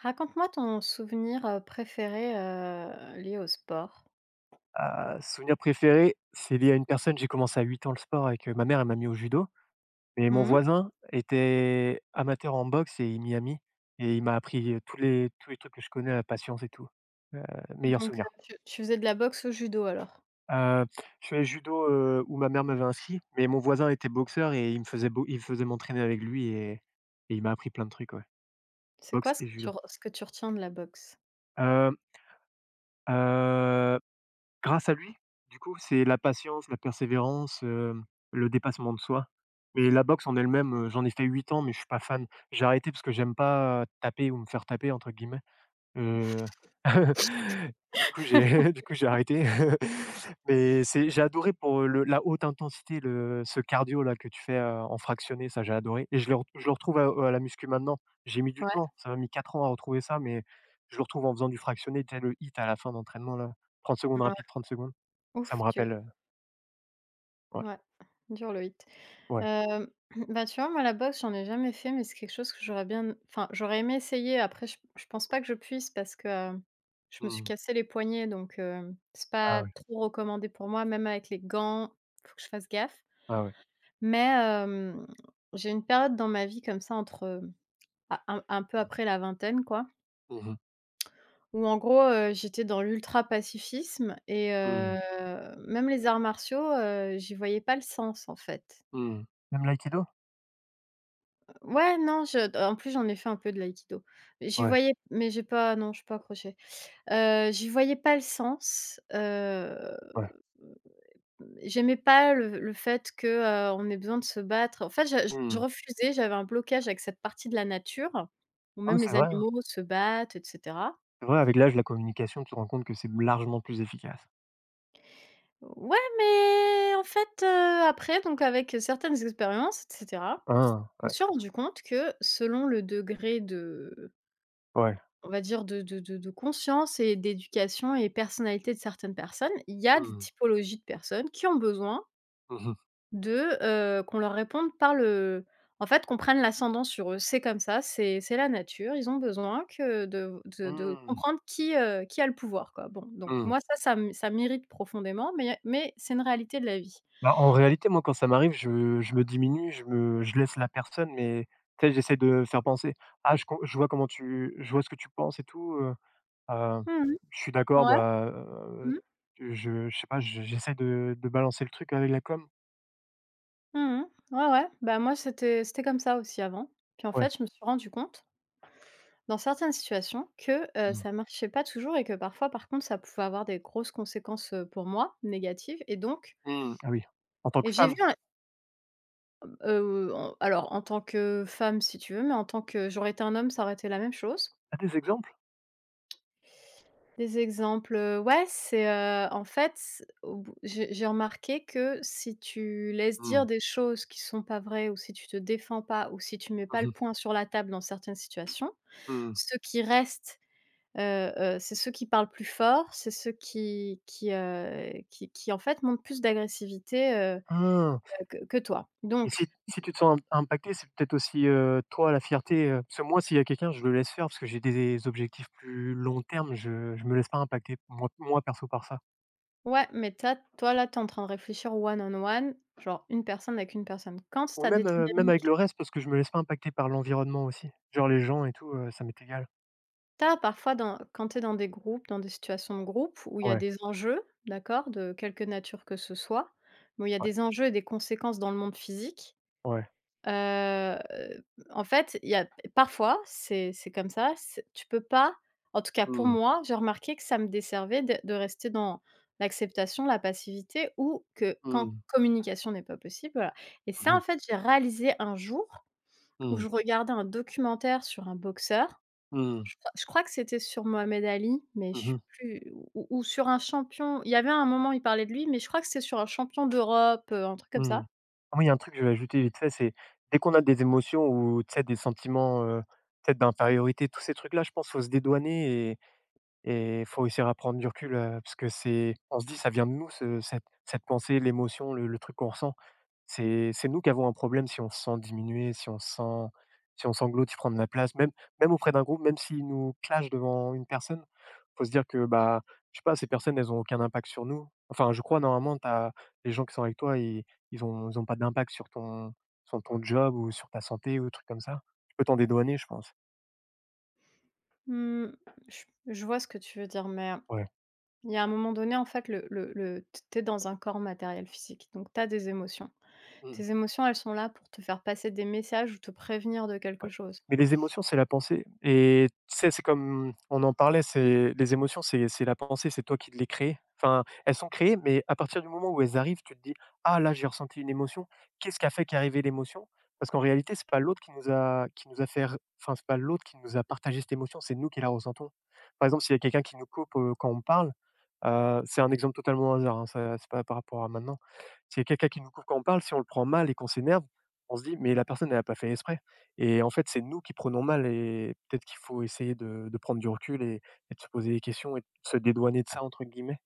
Raconte-moi ton souvenir, préféré, lié au sport. Souvenir préféré, c'est lié à une personne, j'ai commencé à 8 ans le sport avec, ma mère, elle m'a mis au judo, mais mon Mmh. voisin était amateur en boxe et il m'y a mis et il m'a appris, tous les trucs que je connais, la patience et tout. Heu, Meilleur Donc souvenir. tu faisais de la boxe au judo alors? Heu, je faisais judo, où ma mère m'avait inscrit, mais mon voisin était boxeur et il faisait m'entraîner avec lui et il m'a appris plein de trucs, ouais. C'est Boxe quoi ce et que tu judo. re ce que tu retiens de la boxe? Hem, heu Grâce à lui, du coup, c'est la patience, la persévérance, le dépassement de soi. Mais la boxe en elle-même, j'en ai fait 8 ans, mais je suis pas fan. J'ai arrêté parce que j'aime pas «taper» ou me faire taper entre guillemets. Heu, du coup j'ai du coup j'ai arrêté. Mais c'est j'ai adoré pour, le la haute intensité, le ce cardio là que tu fais, en fractionné, ça j'ai adoré et je le retrouve à la muscu maintenant. J'ai mis du Ouais. temps, ça m'a mis 4 ans à retrouver ça, mais je le retrouve en faisant du fractionné, tu sais le hit à la fin d'entraînement là, 30 secondes Ouais. rapides, 30 secondes. Ça Ouf, me dur. rappelle, ouais, Ouais, dur le hit. ouais. Hem, bah, tu vois, moi, la boxe, j'en ai jamais fait, mais c'est quelque chose que j'aurais bien, enfin, j'aurais aimé essayer. Après, je pense pas que je puisse parce que, je me suis Mmh. cassé les poignets, donc c'est Ah pas ouais, trop recommandé pour moi, même avec les gants, faut que je fasse gaffe. ah ouais. Mais j'ai une période dans ma vie comme ça entre, a un peu Mmh. après la vingtaine quoi, Mmh mh. où en gros, j'étais dans l'ultra pacifisme et Mmh. Même les arts martiaux, j'y voyais pas le sens en fait. Mmh. Même l'aïkido? Ouais non, je en plus j'en ai fait un peu de l'aïkido. J'y Ouais, voyais mais j'ai pas, non, je suis pas accrochée. J'y voyais pas le sens, ouais. J'aimais pas le fait que, on ait besoin de se battre. En fait, je Mmh. refusais, j'avais un blocage avec cette partie de la nature, où Ah oui, même c'est les vrai, hein. animaux se battent et cetera. C'est vrai, avec l'âge, la communication, tu te rends compte que c'est largement plus efficace. Ouais, mais en fait, après donc avec certaines expériences et cetera, Hein, je me ouais, suis rendu compte que selon le degré de, ouais. on va dire, de conscience et d'éducation et personnalité de certaines personnes, il y a des Mmh. typologies de personnes qui ont besoin Mmh mh. de, qu'on leur réponde par le, en fait, qu'on prenne l'ascendant sur eux. C'est comme ça, c'est la nature, ils ont besoin que de Mmh. comprendre qui a le pouvoir, quoi. Bon, donc Mmh. moi ça, ça m ça m'irrite profondément, mais c'est une réalité de la vie. Bah, en réalité, moi, quand ça m'arrive, je me diminue, je laisse la personne, mais tu sais, j'essaie de faire penser: «Ah, je vois ce que tu penses et tout, heu, Mmh. je suis d'accord, Ouais. bah, Mmh. je sais pas», je j'essaie de balancer le truc avec la com. Mmh. Ouais, ouais. Bah, moi, c'était comme ça aussi avant. Puis en Ouais. fait, je me suis rendu compte, dans certaines situations, que, Mmh. ça marchait pas toujours et que parfois, par contre, ça pouvait avoir des grosses conséquences, pour moi, négatives et donc Mmh. Ah oui. En tant et que j'ai vu. femme, En alors en tant que femme, si tu veux, mais en tant que j'aurais été un homme, ça aurait été la même chose. tu as des exemples? Des exemples, ouais, c'est, en fait, c au bout j'ai remarqué que si tu laisses dire Mmh. des choses qui sont pas vraies ou si tu te défends pas ou si tu mets pas Mmh le mh. point sur la table dans certaines situations, Mmh. ceux qui restent, c'est ceux qui parlent plus fort, c'est ceux qui, qui en fait montrent plus d'agressivité, Ah! que toi. Et si Donc. si tu te sens im impacté, c'est peut-être aussi, toi, la fierté, parce que moi, s'il y a quelqu'un, je le laisse faire parce que j'ai des objectifs plus long terme, je me laisse pas impacter, moi, perso, par ça. Ouais, mais t'as toi, là, tu es en train de réfléchir one on one, genre une personne avec une personne. Quand tu Ou as des même, même avec dynamiques, le reste parce que je me laisse pas impacter par l'environnement aussi. Genre les gens et tout, ça m'est égal. t'as parfois dans, quand tu es dans des groupes, dans des situations de groupe où il y a Ouais, des enjeux, d'accord, de quelque nature que ce soit, mais où il y a ouais, des enjeux et des conséquences dans le monde physique. ouais. Heu, En fait, il y a parfois, c'est comme ça, c'est tu peux pas, en tout cas pour Mmh. moi, j'ai remarqué que ça me desservait de rester dans l'acceptation, la passivité ou que quand Mmh. communication n'est pas possible, voilà, et Mmh ça, mh. en fait, j'ai réalisé un jour où Mmh. je regardais un documentaire sur un boxeur. Mmh Je crois que c'était sur Mohamed Ali, mais je suis mh. plus, ou sur un champion. Il y avait un moment, il parlait de lui, mais je crois que c'était sur un champion d'Europe, un truc comme Mmh. ça. Ah oui, il y a un truc que je vais ajouter vite fait, c'est dès qu'on a des émotions ou tu sais, des sentiments, peut-être d'infériorité, tous ces trucs-là, je pense, qu'il faut se dédouaner. Et il faut réussir à prendre du recul, parce que c'est on se dit: «Ça vient de nous ce cette cette pensée, l'émotion, le truc qu'on ressent». C'est nous qui avons un problème si on se sent diminué, si on sanglote, si prend de la place, même auprès d'un groupe, même s'ils nous clashent devant une personne, faut se dire que, bah, je sais pas, ces personnes, elles ont aucun impact sur nous. Enfin, je crois normalement, t'as les gens qui sont avec toi, ils ont pas d'impact sur ton job ou sur ta santé ou truc comme ça. Tu peux t'en dédouaner, je pense. Mmh, je vois ce que tu veux dire, mais Ouais. il y a un moment donné, en fait, le t tu es dans un corps matériel, physique, donc tu as des émotions. Mmh. Tes émotions, elles sont là pour te faire passer des messages ou te prévenir de quelque Ouais. chose. Mais les émotions, c'est la pensée et tu sais, c'est comme on en parlait, c'est les émotions, c'est la pensée, c'est toi qui les crées. Enfin, elles sont créées, mais à partir du moment où elles arrivent, tu te dis: «Ah là, j'ai ressenti une émotion. Qu'est-ce qui a fait qu'est arrivée l'émotion?» Parce qu'en réalité, c'est pas l'autre qui nous a fait r enfin, c'est pas l'autre qui nous a partagé cette émotion, c'est nous qui la ressentons. Par exemple, s'il y a quelqu'un qui nous coupe, quand on parle, c'est un exemple totalement au hasard, hein, ça c'est pas par rapport à maintenant. S'il y a quelqu'un qui nous coupe quand on parle, si on le prend mal et qu'on s'énerve, on se dit: «Mais la personne elle a pas fait exprès». Et en fait, c'est nous qui prenons mal et peut-être qu'il faut essayer de prendre du recul et de se poser des questions et de se «dédouaner» de ça, entre guillemets,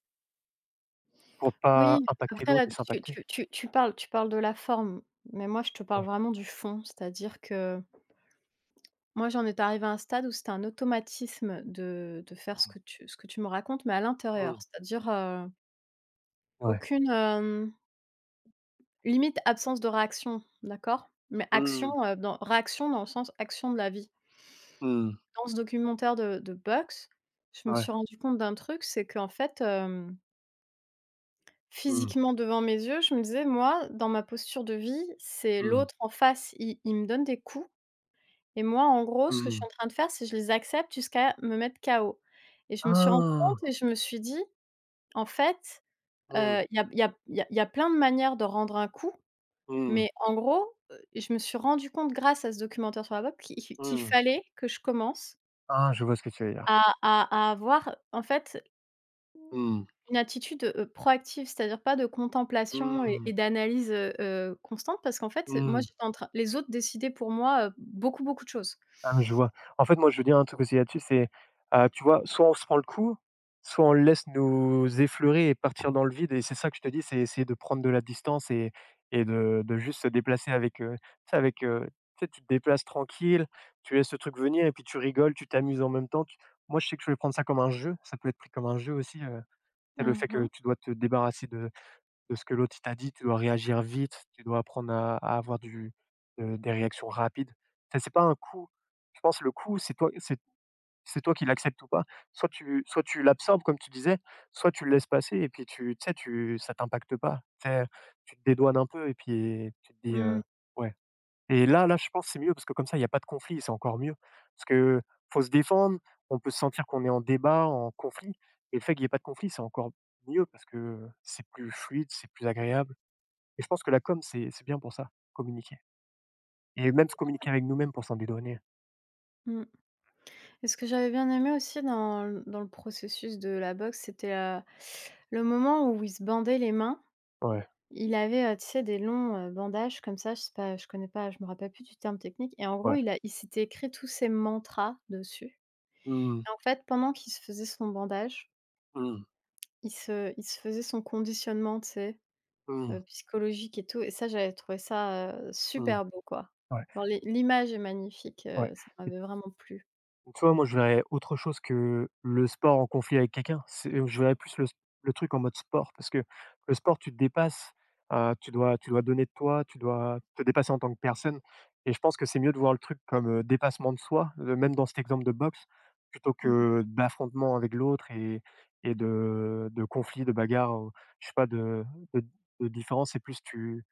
pour pas Oui, impacter après là, l'autre et tu s'impacter. tu tu tu parles tu parles de la forme, mais moi, je te parle Ouais. vraiment du fond. C'est-à-dire que moi, j'en étais arrivée à un stade où c'était un automatisme de faire ce que tu me racontes, mais à l'intérieur. Mmh. C'est-à-dire, Ouais. aucune, limite absence de réaction, d'accord? Mais action, Mmh. Dans réaction, dans le sens action de la vie. Mmh. Dans ce documentaire de boxe, je me Ouais. suis rendu compte d'un truc, c'est qu'en fait, Mmh. physiquement devant mes yeux, je me disais: «Moi, dans ma posture de vie, c'est Mmh. l'autre en face, il me donne des coups et moi, en gros, ce que je Mmh. suis en train de faire, c'est je les accepte jusqu'à me mettre KO» et je me suis rendue Ah! compte et je me suis dit: «En fait, Mmh. Il y a il y a il y a il y a plein de manières de rendre un coup», Mmh. mais en gros, je me suis rendue compte grâce à ce documentaire sur la boxe qu'il Mmh. fallait que je commence Ah, je vois ce que tu veux dire. à avoir, en fait, Mmh. une attitude, proactive, c'est-à-dire pas de contemplation et Mmh. et d'analyse, constante, parce qu'en fait, moi, Mmh. j'étais en train, les autres décidaient pour moi, beaucoup, beaucoup de choses. Ah, je vois. En fait, moi, je veux dire un truc aussi là-dessus, c'est, tu vois, soit on se prend le coup, soit on le laisse nous effleurer et partir dans le vide et c'est ça que je te dis, c'est essayer de prendre de la distance et de juste se déplacer avec, tu sais avec, tu sais, tu te déplaces tranquille, tu laisses le truc venir et puis tu rigoles, tu t'amuses en même temps. Tu Moi, je sais que je vais prendre ça comme un jeu, ça peut être pris comme un jeu aussi, tu le Mmh fait que mh. tu dois te débarrasser de ce que l'autre il t'a dit, tu dois réagir vite, tu dois apprendre à avoir des réactions rapides. Ça c'est pas un coup. Je pense que le coup, c'est toi qui l'acceptes ou pas. Soit tu l'absorbes comme tu disais, soit tu le laisses passer et puis tu sais, tu ça t'impacte pas. Tu sais, tu te dédouanes un peu et puis tu te dis: «Ouais». Et là, je pense que c'est mieux parce que comme ça, il y a pas de conflit, c'est encore mieux. Parce que faut se défendre, on peut sentir qu'on est en débat, en conflit et le fait qu'il y ait pas de conflit, c'est encore mieux parce que, c'est plus fluide, c'est plus agréable et je pense que la com, c'est bien pour ça, communiquer et même se communiquer avec nous-mêmes pour s'en dédouaner. Mmh. Et ce que j'avais bien aimé aussi dans le processus de la boxe, c'était, le moment où il se bandait les mains. Ouais, Il avait, tu sais, des longs, bandages comme ça, je sais pas, je connais pas, je me rappelle plus du terme technique, et en gros, ouais. Il s'était écrit tous ses mantras dessus, Mmh, et en fait, pendant qu'il se faisait son bandage, mmh, il se faisait son conditionnement, tu sais, mmh, psychologique et tout, et ça, j'avais trouvé ça, mmh, super beau, quoi. ouais, Genre l'image est magnifique, ouais. Ça m'avait vraiment plu. Donc, tu vois, moi, je verrais autre chose que le sport en conflit avec quelqu'un. C'est Je verrais plus le truc en mode sport parce que le sport, tu te dépasses, tu dois donner de toi, tu dois te dépasser en tant que personne et je pense que c'est mieux de voir le truc comme, dépassement de soi, même dans cet exemple de boxe, plutôt Mmh que d'affrontement avec l'autre et de conflit, de bagarre ou je sais pas de de de différence. C'est plus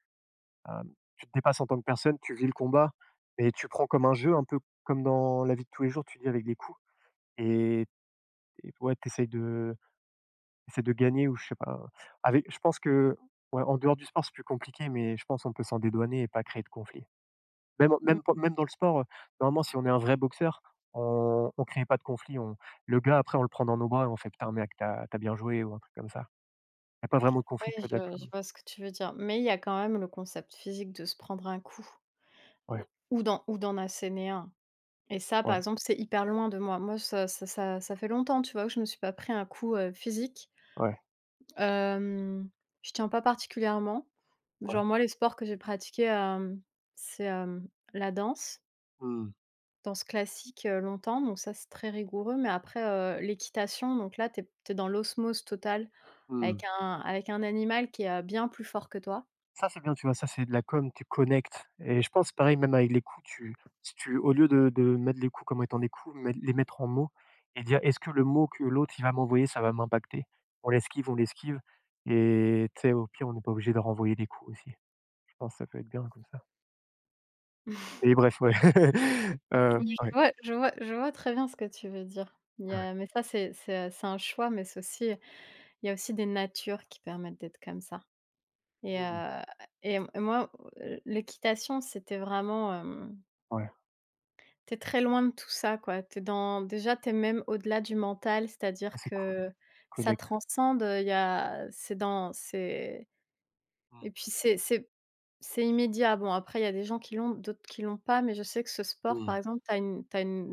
hem, tu te dépasses en tant que personne, tu vis le combat mais tu prends comme un jeu, un peu comme dans la vie de tous les jours, tu dis avec des coups et et ouais, t'essayes de gagner ou je sais pas, avec je pense que, ouais, en dehors du sport, c'est plus compliqué, mais je pense on peut s'en dédouaner et pas créer de conflit. Même mh, même pas mmh. même dans le sport, normalement, si on est un vrai boxeur, on crée pas de conflit, on le gars après, on le prend dans nos bras et on fait: «Putain mec, tu as bien joué» ou un truc comme ça. Il y a pas vraiment de Ouais, conflit je que de la je com. vois ce que tu veux dire, mais il y a quand même le concept physique de se prendre un coup Ouais, ou d'en, ou d'en asséner un, et ça, par ouais, exemple, c'est hyper loin de moi. Moi, ça fait longtemps, tu vois, que je me suis pas pris un coup, physique. ouais, Hem, je tiens pas particulièrement. ouais. Genre moi, les sports que j'ai pratiqués, c'est, la danse. Mmh, Danse classique, longtemps, donc ça, c'est très rigoureux, mais après, l'équitation, donc là, t'es es dans l'osmose totale mmh. avec un animal qui est, bien plus fort que toi. Ça, c'est bien, tu vois? Ça, c'est de la com, tu connectes et je pense pareil même avec les coups, tu si tu au lieu de mettre les coups comme étant des coups, mais les mettre en mots et dire: «Est-ce que le mot que l'autre il va m'envoyer, ça va m'impacter?» On l'esquive et tu sais, au pire, on n'est pas obligé de renvoyer des coups aussi. Je pense que ça peut être bien comme ça et bref, ouais. Oui. Mmh. je Ouais, vois je vois je vois très bien ce que tu veux dire. Il y ouais. a, mais ça, c'est un choix, mais c'est aussi, il y a aussi des natures qui permettent d'être comme ça, et Mmh, heu et moi, l'équitation, c'était vraiment, ouais. t'es très loin de tout ça, quoi. T'es dans déjà, t'es même au-delà du mental, Ah, c'est-à-dire c'est cool, que ça connecte. transcende, il y a, c'est dans, c'est, et Mmh, puis c'est immédiat. Bon, après, il y a des gens qui l'ont, d'autres qui l'ont pas, mais je sais que ce sport, par mmh, exemple, t'as une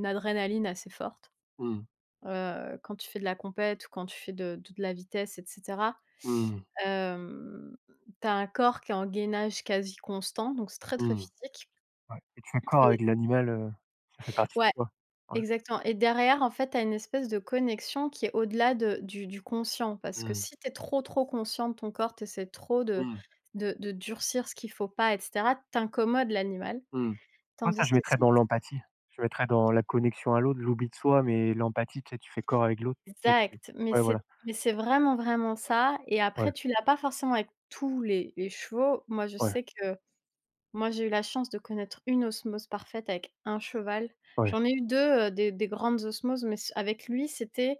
une adrénaline assez forte, mmh, quand tu fais de la compète ou quand tu fais de la vitesse et cetera. mmh, Hem, Tu un corps qui est en gainage quasi constant, donc c'est très, très mmh, physique ouais et tu es accord avec et l'animal, ça fait partie de ouais. toi. Ouais. Exactement, et derrière, en fait, tu as une espèce de connexion qui est au-delà de du conscient. Parce que Mmh, si tu es trop, trop conscient de ton corps, tu essaies trop de mmh. de de durcir ce qu'il faut pas et cetera, tu, l'animal. Mmh. Moi, ça, Tandis je que mettrais si dans l'empathie. Je mettrais dans la connexion à l'autre, l'oubli de soi, mais l'empathie, tu sais, tu fais corps avec l'autre. Tu sais, tu exact, mais ouais, voilà. c'est vraiment, vraiment ça, et Ouais, après tu l'as pas forcément avec tous les chevaux. Moi, je ouais, sais que moi, j'ai eu la chance de connaître une osmose parfaite avec un cheval. ouais. J'en ai eu 2, des grandes osmoses, mais c avec lui, c'était,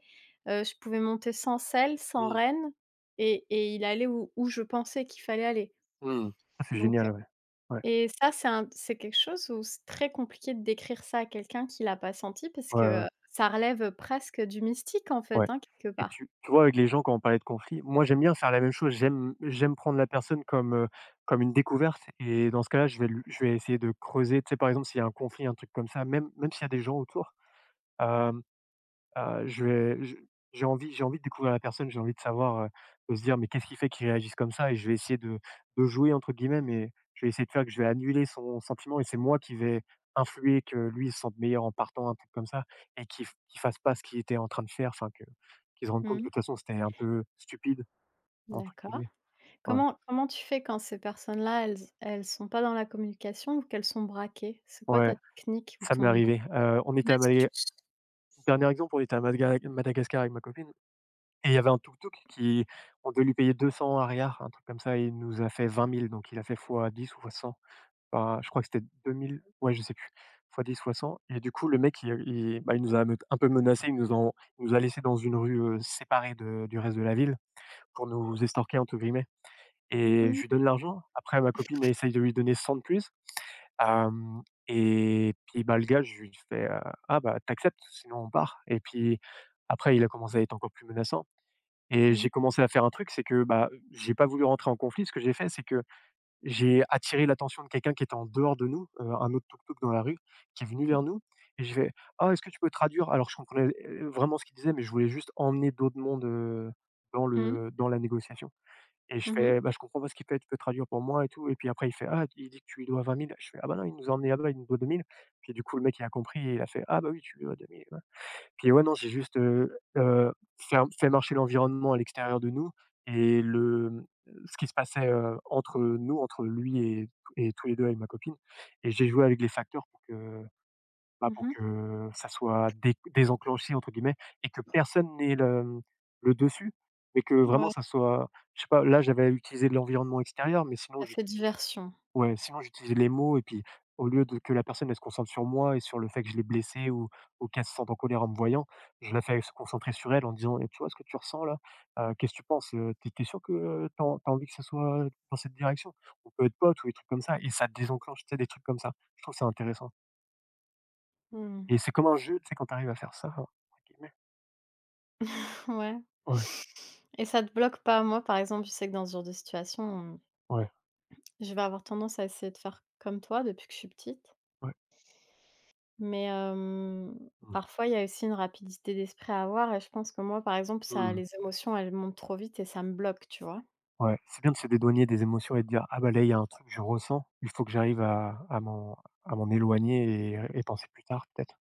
je pouvais monter sans selle, sans Mmh. renne, et il allait où je pensais qu'il fallait aller. Mmh. Ça, c'est Donc génial, ouais. Ouais, et ça, c'est un, c'est quelque chose où c'est très compliqué de décrire ça à quelqu'un qui l'a pas senti parce ouais, ouais, que, ça relève, presque du mystique, en ouais fait, hein, quelque et part. tu vois, avec les gens, quand on parlait de conflit, moi, j'aime bien faire la même chose. J'aime prendre la personne comme, comme une découverte et dans ce cas-là, je vais essayer de creuser. Tu sais, par exemple, s'il y a un conflit, un truc comme ça, même s'il y a des gens autour, euh, je vais je j'ai envie de découvrir la personne, j'ai envie de savoir, de se dire: «Mais qu'est-ce qui fait qu'il réagisse comme ça?» Et je vais essayer de «jouer» entre guillemets, mais je vais essayer de faire que je vais annuler son sentiment et c'est moi qui vais influer que lui, se sente meilleur en partant, un truc comme ça et qu'il fasse pas ce qu'il était en train de faire, enfin que qu'il se rende compte Mmh. que de toute façon, c'était un peu «stupide» entre D'accord. guillemets. Ouais, Comment tu fais quand ces personnes-là, elles sont pas dans la communication ou qu'elles sont braquées? C'est quoi ta ouais, technique ou ça m'est ton? Mon arrivé. On était à Malaga, astuce. dernier exemple. On était à Madga Madagascar avec ma copine. Et il y avait un tuk-tuk qui, on devait lui payer 200, un truc comme ça, et il nous a fait 20 000, donc il a fait fois 10 ou fois 100. Enfin, je crois que c'était 2 000, ouais, je sais plus, fois 10, fois 100. Et du coup, le mec, il bah, il nous a me un peu menacé, il nous a laissé dans une rue, séparée de du reste de la ville pour nous «estorquer» entre guillemets, et je Mmh. lui donne l'argent. Après ma copine elle essaye de lui donner 100 de plus, hem et puis, bah, le gars, je lui fais, «Ah, bah, t'acceptes, sinon on part.» Et puis après il a commencé à être encore plus menaçant. Et Mmh. j'ai commencé à faire un truc, c'est que, bah, j'ai pas voulu rentrer en conflit. Ce que j'ai fait, c'est que j'ai attiré l'attention de quelqu'un qui était en dehors de nous, un autre tuk-tuk dans la rue, qui est venu Mmh. vers nous, et je fait: «Ah, est-ce que tu peux traduire?» Alors je comprenais, vraiment ce qu'il disait, mais je voulais juste emmener d'autres mondes, dans le dans la négociation, et je Mmh fais: mh. «Bah, je comprends pas ce qu'il fait, tu peux traduire pour moi et tout.» Et puis après il fait: «Ah, il dit que tu lui dois 20 000.» Je fais: «Ah bah non, il nous a emmené là-bas, il nous doit 2 000.» Puis du coup, le mec, il a compris et il a fait: «Ah bah oui, tu lui dois 2 000.» Ouais. Puis ouais, non, c'est juste, faire marcher l'environnement à l'extérieur de nous et le, ce qui se passait, entre nous, entre lui et tous les 2 avec ma copine, et j'ai joué avec les facteurs pour que, bah, pour Mmh. que ça soit «dé désenclenché» entre guillemets et que personne n'ait le, le dessus, mais que vraiment Ouais, ça soit, je sais pas, là, j'avais utilisé de l'environnement extérieur, mais sinon ça fait j'utilisais. diversion. Ouais, sinon j'utilise les mots et puis au lieu de que la personne elle se concentre sur moi et sur le fait que je l'ai blessée ou qu'elle se sente en colère en me voyant, je la fais se concentrer sur elle en disant: «Eh, tu vois ce que tu ressens là? Qu'est-ce que tu penses? Tu tu as envie que ça soit dans cette direction? On peut être potes», ou des trucs comme ça, et ça désenclenche, tu sais, des trucs comme ça. Je trouve ça intéressant, Mmh. et c'est comme un jeu, tu sais, quand tu arrives à faire ça, entre guillemets. Ouais. Ouais, Et ça te bloque pas? Moi, par exemple, je sais que dans ce genre de situation, ouais, je vais avoir tendance à essayer de faire comme toi depuis que je suis petite. ouais. Mais, Mmh. parfois, il y a aussi une rapidité d'esprit à avoir, et je pense que moi, par exemple, ça, Mmh. les émotions, elles montent trop vite et ça me bloque, tu vois? Ouais, c'est bien de se dédouaner des émotions et de dire: «Ah bah, là, il y a un truc, que je ressens, il faut que j'arrive à m'en éloigner et penser plus tard, peut-être».